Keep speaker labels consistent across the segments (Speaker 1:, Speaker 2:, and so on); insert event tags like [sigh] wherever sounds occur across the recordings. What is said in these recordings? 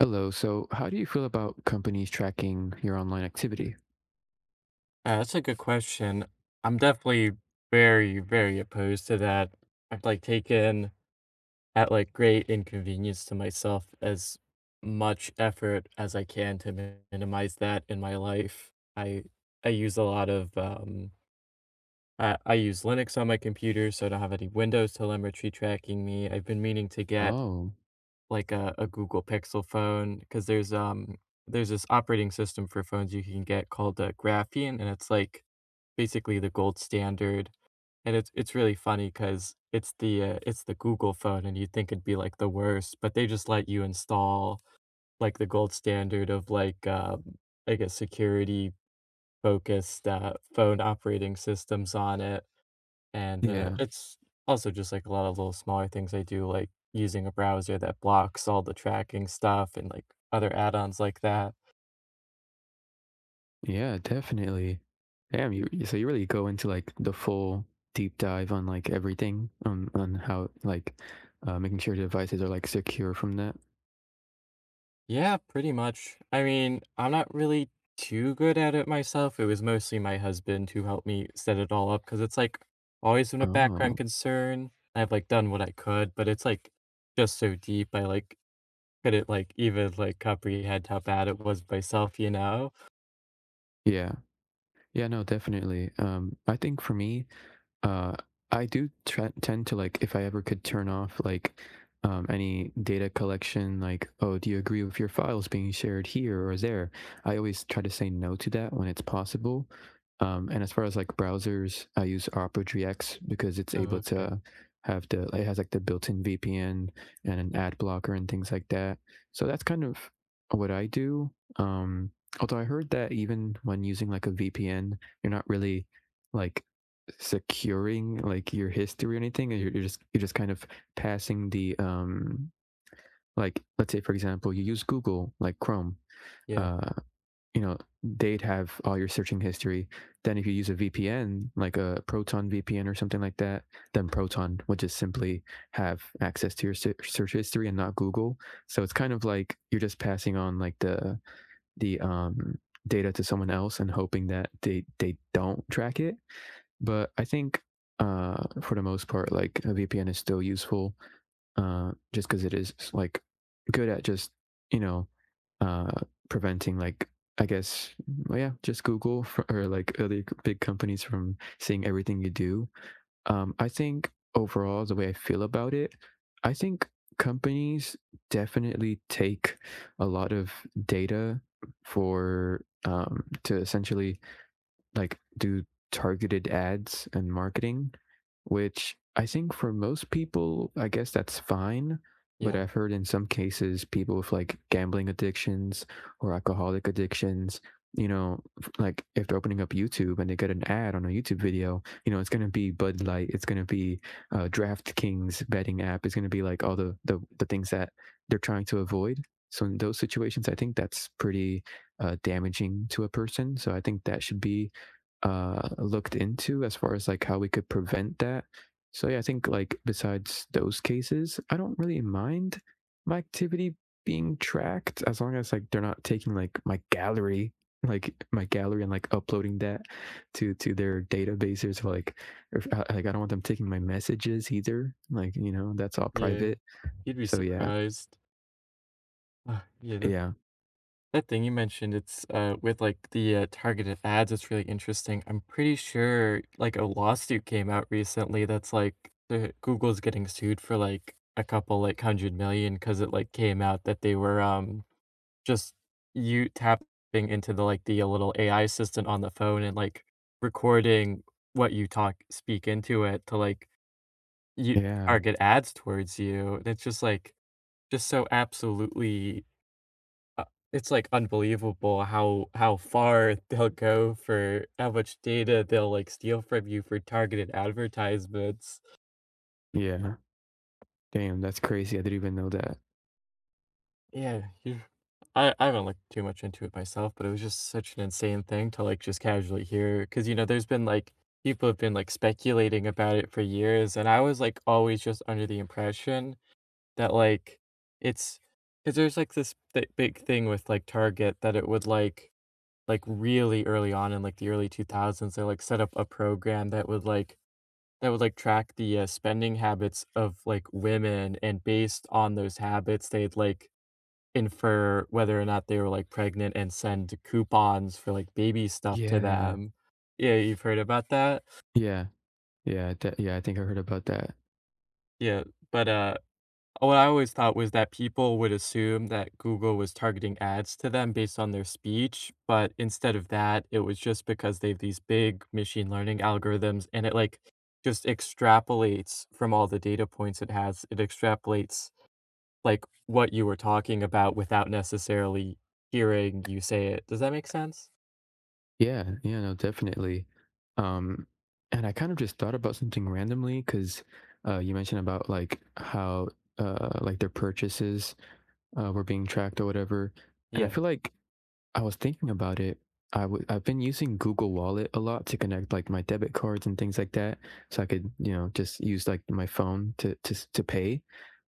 Speaker 1: Hello. So, how do you feel about companies tracking your online activity?
Speaker 2: That's a good question. I'm definitely very, very opposed to that. I've like taken at like great inconvenience to myself as much effort as I can to minimize that in my life. I use a lot of I use Linux on my computer, so I don't have any Windows telemetry tracking me. I've been meaning to get
Speaker 1: Oh,
Speaker 2: like a Google Pixel phone, because there's this operating system for phones you can get called, Graphene, and like, basically the gold standard, and it's really funny because it's it's the Google phone, and you'd think it'd be, like, the worst, but they just let you install, like, the gold standard of, like a security-focused, phone operating systems on it. And,
Speaker 1: yeah.
Speaker 2: it's also just, like, a lot of little smaller things I do, like using a browser that blocks all the tracking stuff and, like, other add-ons like that.
Speaker 1: Yeah, definitely. Damn, so you really go into like the full deep dive on like everything on how like making sure devices are like secure from that.
Speaker 2: Yeah, pretty much. I mean, I'm not really too good at it myself. It was mostly my husband who helped me set it all up because like, always been a background
Speaker 1: Oh,
Speaker 2: concern. I've, like, done what I could, but like, just so deep, couldn't, comprehend how bad it was myself, you know?
Speaker 1: yeah. Yeah, no, definitely. I think for me, Uh, I do tre tend to like if I ever could turn off like any data collection, like, oh, do you agree with your files being shared here or there? I always try to say no to that when it's possible. And as far as like browsers, I use Opera GX because it's
Speaker 2: Oh,
Speaker 1: able
Speaker 2: okay.
Speaker 1: to have the it has like the built-in VPN and an ad blocker and things like that. So that's kind of what I do. Although I heard that even when using like a VPN, you're not really like securing like your history or anything, and you're just kind of passing the like let's say for example you use google like chrome
Speaker 2: Yeah,
Speaker 1: uh you know they'd have all your searching history, then if you use a vpn like a proton vpn or something like that, then proton would just simply have access to your search history and not google. So it's kind of like you're just passing on like the data to someone else and hoping that they don't track it. But I think, for the most part, like a VPN is still useful, just because it is like good at just you know, uh, preventing like I guess well, yeah, just Google for, or like other big companies from seeing everything you do. I think overall the way I feel about it, I think companies definitely take a lot of data for to essentially like do targeted ads and marketing, which I think for most people, I guess that's fine. But
Speaker 2: yeah,
Speaker 1: I've heard in some cases, people with like gambling addictions or alcoholic addictions, you know, like if they're opening up YouTube and they get an ad on a YouTube video, you know, it's going to be Bud Light, it's going to be DraftKings betting app, it's going to be like all the things that they're trying to avoid. So in those situations, I think that's pretty damaging to a person. So I think that should be looked into as far as like how we could prevent that. So yeah, I think like besides those cases, I don't really mind my activity being tracked as long as like they're not taking like my gallery and like uploading that to their databases. Like, if, like I don't want them taking my messages either. Like you know that's all
Speaker 2: yeah.
Speaker 1: private.
Speaker 2: You'd be
Speaker 1: So yeah,
Speaker 2: surprised. Ah, yeah, that
Speaker 1: yeah,
Speaker 2: that thing you mentioned, with, like, targeted ads, it's really interesting. I'm pretty sure, like, a lawsuit came out recently that's, like, the Google's getting sued for, like, a couple, like, 100 million because it, like, came out that they were, just you tapping into the, like, the little AI assistant on the phone and, like, recording what you talk speak into it to, like, you
Speaker 1: yeah,
Speaker 2: target ads towards you. And it's just, like, just so absolutely uh, like, unbelievable how far [laughs] they'll go for how much data they'll, like, steal from you for targeted advertisements.
Speaker 1: yeah. Damn, that's crazy. I didn't even know that.
Speaker 2: Yeah, you I haven't looked too much into it myself, but it was just such an insane thing to, like, just casually hear because you know, there's been, like people have been, like, speculating about it for years, and I was, like, always just under the impression that, like, it's because there's, like, this thi big thing with, like, Target that it would, really early on in, like, the early 2000s, they, like, set up a program that would, like, track the, spending habits of, like, women, and based on those habits, they'd, like, infer whether or not they were, like, pregnant and send coupons for, like, baby stuff to
Speaker 1: Yeah,
Speaker 2: them. Yeah, you've heard about that?
Speaker 1: yeah, yeah, yeah. I think I heard about that.
Speaker 2: Yeah, but, uh oh, what I always thought was that people would assume that Google was targeting ads to them based on their speech, but instead of that, it was just because they have these big machine learning algorithms and it like just extrapolates from all the data points it has. It extrapolates like what you were talking about without necessarily hearing you say it. Does that make sense?
Speaker 1: Yeah, yeah, no, definitely. Um, and I kind of just thought about something randomly because you mentioned about like how like their purchases were being tracked or whatever, and I
Speaker 2: Yeah.
Speaker 1: feel like I was thinking about it. I've been using Google Wallet a lot to connect like my debit cards and things like that, so I could you know just use like my phone to pay.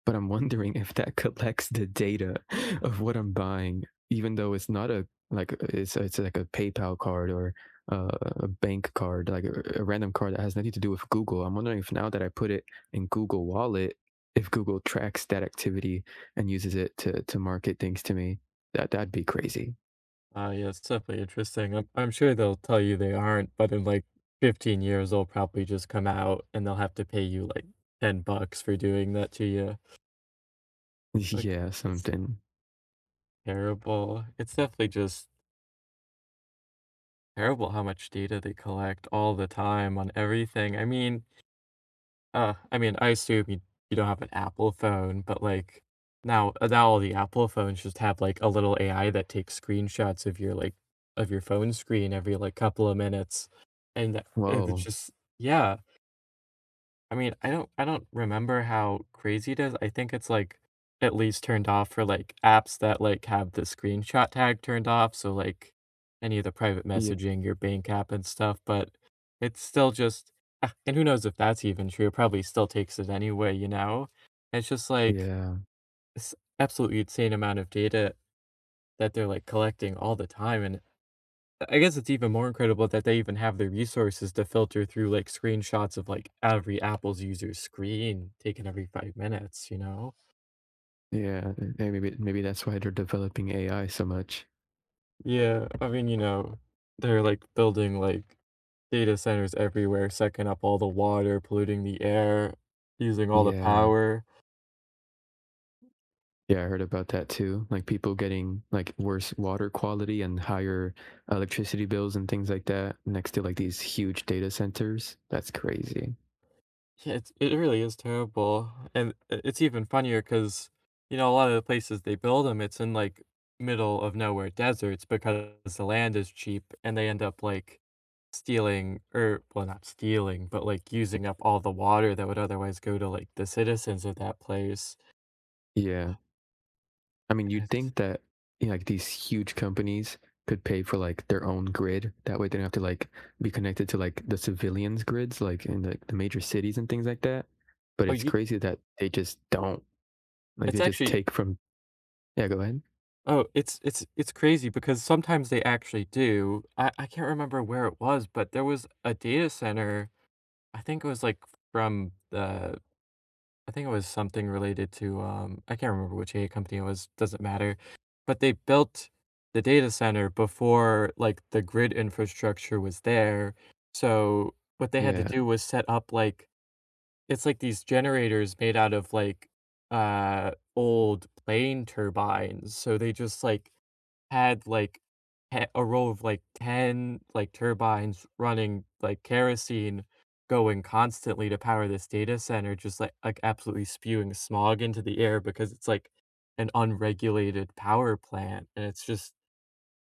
Speaker 1: But I'm [laughs] wondering if that collects the data [laughs] of what I'm buying, even though it's not a like it's like a PayPal card or uh, a bank card, like a random card that has nothing to do with Google. I'm wondering if now that I put it in Google Wallet, if Google tracks that activity and uses it to market things to me. That'd be crazy.
Speaker 2: Ah, yeah, it's definitely interesting. I'm sure they'll tell you they aren't, but in, like, 15 years, they'll probably just come out, and they'll have to pay you, like, $10 for doing that to you.
Speaker 1: [laughs]
Speaker 2: Like,
Speaker 1: Yeah,
Speaker 2: it's
Speaker 1: something.
Speaker 2: terrible. It's definitely just terrible how much data they collect all the time on everything. I mean, I assume you don't have an Apple phone, but, like, now all the Apple phones just have, like, a little AI that takes screenshots of your, of your phone screen every, like, couple of minutes, and it's
Speaker 1: Whoa.
Speaker 2: just yeah. I mean, I don't remember how crazy it is. I think it's, like, at least turned off for, like, apps that, like, have the screenshot tag turned off, so, like, any of the private
Speaker 1: Yeah,
Speaker 2: messaging, your bank app and stuff, but it's still just ah, and who knows if that's even true, it probably still takes it anyway, you know? It's just, like,
Speaker 1: yeah,
Speaker 2: this absolutely insane amount of data that they're, like, collecting all the time, and I guess it's even more incredible that they even have the resources to filter through, like, screenshots of, like, every Apple's user screen taken every 5 minutes, you know?
Speaker 1: yeah. Hey, maybe maybe that's why they're developing AI so much.
Speaker 2: Yeah, I mean, you know, they're, like, building, like, data centers everywhere, sucking up all the water, polluting the air, using all the
Speaker 1: Yeah,
Speaker 2: power.
Speaker 1: yeah. I heard about that too. Like people getting like worse water quality and higher electricity bills and things like that next to like these huge data centers. That's crazy.
Speaker 2: Yeah, it's it really is terrible, and I it's even funnier because you know, a lot of the places they build them, it's in, like, middle of nowhere deserts because the land is cheap, and they end up, like, stealing or well, not stealing, but, like, using up all the water that would otherwise go to, like, the citizens of that place,
Speaker 1: Yeah. I mean,
Speaker 2: and
Speaker 1: you'd
Speaker 2: it's
Speaker 1: think that, you know, like these huge companies could pay for like their own grid. That way they don't have to like be connected to like the civilians' grids, like in the major cities and things like that. But
Speaker 2: oh,
Speaker 1: it's
Speaker 2: you
Speaker 1: crazy that they just don't. Like
Speaker 2: it's
Speaker 1: they just
Speaker 2: actually
Speaker 1: take from yeah, go ahead.
Speaker 2: oh, it's crazy because sometimes they actually do. I can't remember where it was, but there was a data center, I think it was, like, from the I think it was something related to, I can't remember which AI company it was, doesn't matter. But they built the data center before like the grid infrastructure was there. So what they had to
Speaker 1: Yeah.
Speaker 2: do was set up like it's like these generators made out of like old plane turbines. So they just like had, like, a row of, like, 10, like, turbines running, like, kerosene going constantly to power this data center, just, absolutely spewing smog into the air because it's, like, an unregulated power plant, and it's just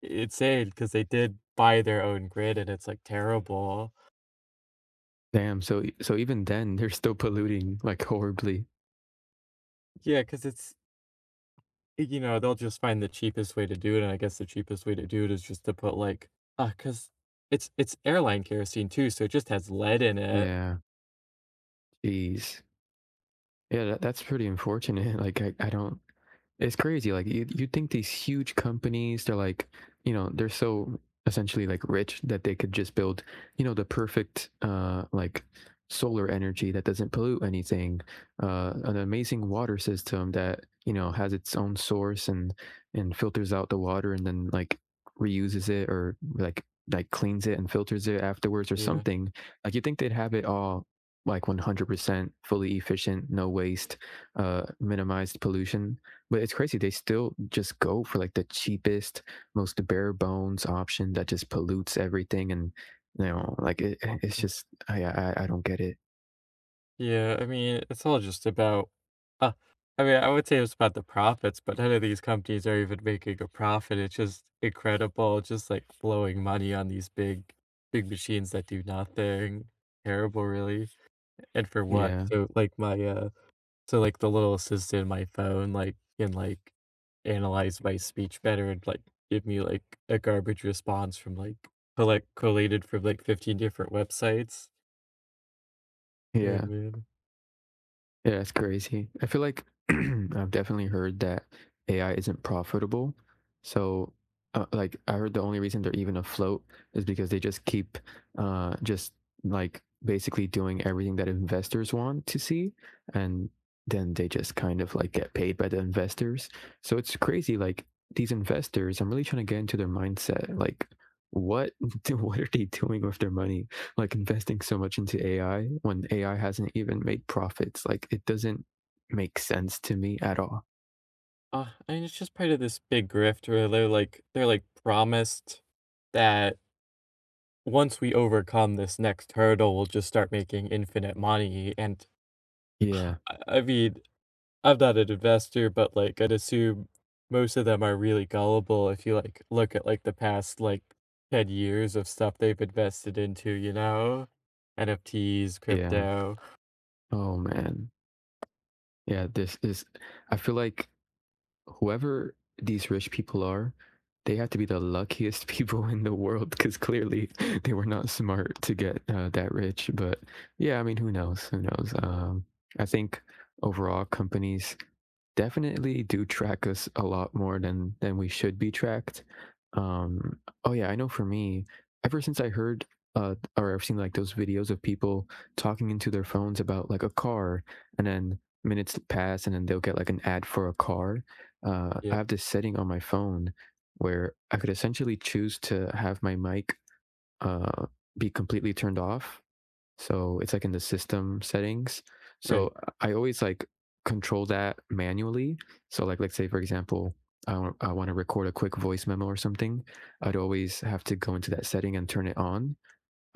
Speaker 2: it's sad because they did buy their own grid, and it's, like, terrible.
Speaker 1: Damn. So so even then they're still polluting like horribly.
Speaker 2: Yeah. Because it's you know, they'll just find the cheapest way to do it, and I guess the cheapest way to do it is just to put, like because it's airline kerosene too, so it just has lead in it.
Speaker 1: Yeah. Jeez. Yeah, that's pretty unfortunate. [laughs] Like I don't. It's crazy. Like you'd think these huge companies, they're like, you know, they're so essentially like rich that they could just build, you know, the perfect like solar energy that doesn't pollute anything, an amazing water system that, you know, has its own source and filters out the water and then like reuses it or like cleans it and filters it afterwards or
Speaker 2: Yeah.
Speaker 1: something. Like you think they'd have it all like 100% fully efficient, no waste, minimized pollution, but it's crazy. They still just go for like the cheapest, most bare bones option that just pollutes everything. And, you know, like it's just, I don't get it.
Speaker 2: Yeah, I mean, it's all just about uh, I mean, I would say it's about the profits, but none of these companies are even making a profit. It's just incredible, just like blowing money on these big, big machines that do nothing. Terrible, really. And for what?
Speaker 1: Yeah.
Speaker 2: So, like my so like the little assistant in my phone, like can like analyze my speech better and like give me like a garbage response from like collect collated from like 15 different websites. Oh
Speaker 1: Yeah.
Speaker 2: man.
Speaker 1: Yeah, it's crazy. I feel like [clears throat] I've definitely heard that AI isn't profitable. So, like, I heard the only reason they're even afloat is because they just keep, just like basically doing everything that investors want to see, and then they just kind of like get paid by the investors. So it's crazy. Like these investors, I'm really trying to get into their mindset. Like, what [laughs] what are they doing with their money? Like investing so much into AI when AI hasn't even made profits. Like it doesn't make sense to me at all.
Speaker 2: I mean, it's just part of this big grift where they're like promised that once we overcome this next hurdle, we'll just start making infinite money. And
Speaker 1: Yeah.
Speaker 2: I mean, I'm not an investor, but like I'd assume most of them are really gullible if you like look at like the past like 10 years of stuff they've invested into, you know? NFTs,
Speaker 1: Yeah.
Speaker 2: crypto.
Speaker 1: Oh man. Yeah, this is I feel like whoever these rich people are, they have to be the luckiest [laughs] people in the world because clearly [laughs] they were not smart to get that rich. But yeah, I mean, who knows? Who knows? I think overall companies definitely do track us a lot more than we should be tracked. Um, oh yeah, I know for me, ever since I heard or I've seen like those videos of people talking into their phones about like a car, and then minutes pass and then they'll get like an ad for a car. I
Speaker 2: Yep,
Speaker 1: have this setting on my phone where I could essentially choose to have my mic uh be completely turned off, so it's like in the system settings. So
Speaker 2: right.
Speaker 1: I always like control that manually. So like let's say for example, I want to record a quick voice memo or something. I'd always have to go into that setting and turn it on,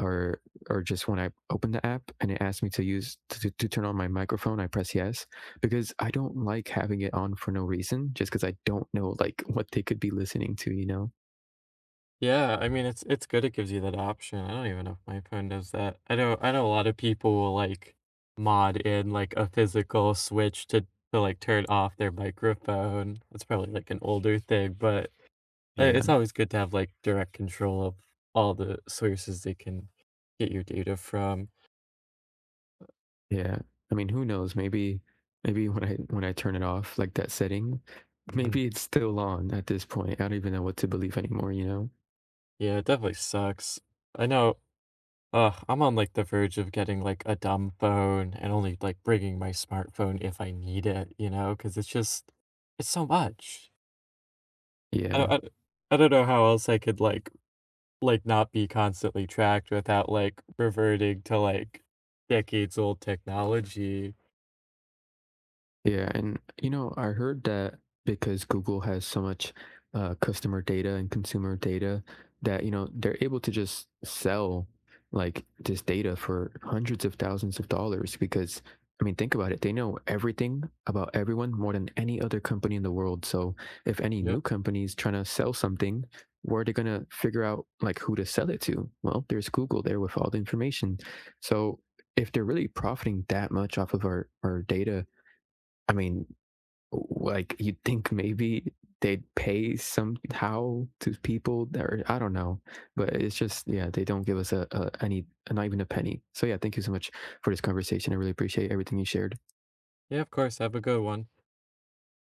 Speaker 1: or or just when I open the app and it asks me to turn on my microphone, I press yes because I don't like having it on for no reason, just because I don't know like [laughs] what they could be listening to, you know?
Speaker 2: Yeah, I mean, it's good it gives you that option. I don't even know if my phone does that. I know a lot of people will like mod in like a physical switch to like turn off their microphone. That's probably like an older thing, but it's
Speaker 1: Yeah.
Speaker 2: always good to have like direct control of all the sources they can get your data from.
Speaker 1: Yeah. I mean, who knows? Maybe maybe when I turn it off, like that setting,
Speaker 2: Mhm.
Speaker 1: maybe it's still on at this point. I don't even know what to believe anymore, you know?
Speaker 2: Yeah, it definitely sucks. I know ugh, I'm on like the verge of getting like a dumb phone and only like bringing my smartphone if I need it, you know, because it's just it's so much. I
Speaker 1: Yeah.
Speaker 2: don't, I, don't- I don't know how else I could like not be constantly tracked without like reverting to like decades old technology.
Speaker 1: Yeah, and you know, I heard that because Google has so much customer data and consumer data that, you know, they're able to just sell like this data for hundreds of thousands of dollars because, I mean, think about it. They know everything about everyone more than any other company in the world. So if any new
Speaker 2: Yep.
Speaker 1: company is trying to sell something, where are they going to figure out like who to sell it to? Well, there's Google there with all the information. So if they're really profiting that much off of our data, I mean, like you'd think maybe they'd pay somehow to people that are, I don't know, but it's just yeah, they don't give us a any not even a penny. So yeah, thank you so much for this conversation. I really appreciate everything you shared.
Speaker 2: Yeah, of course. Have a good one.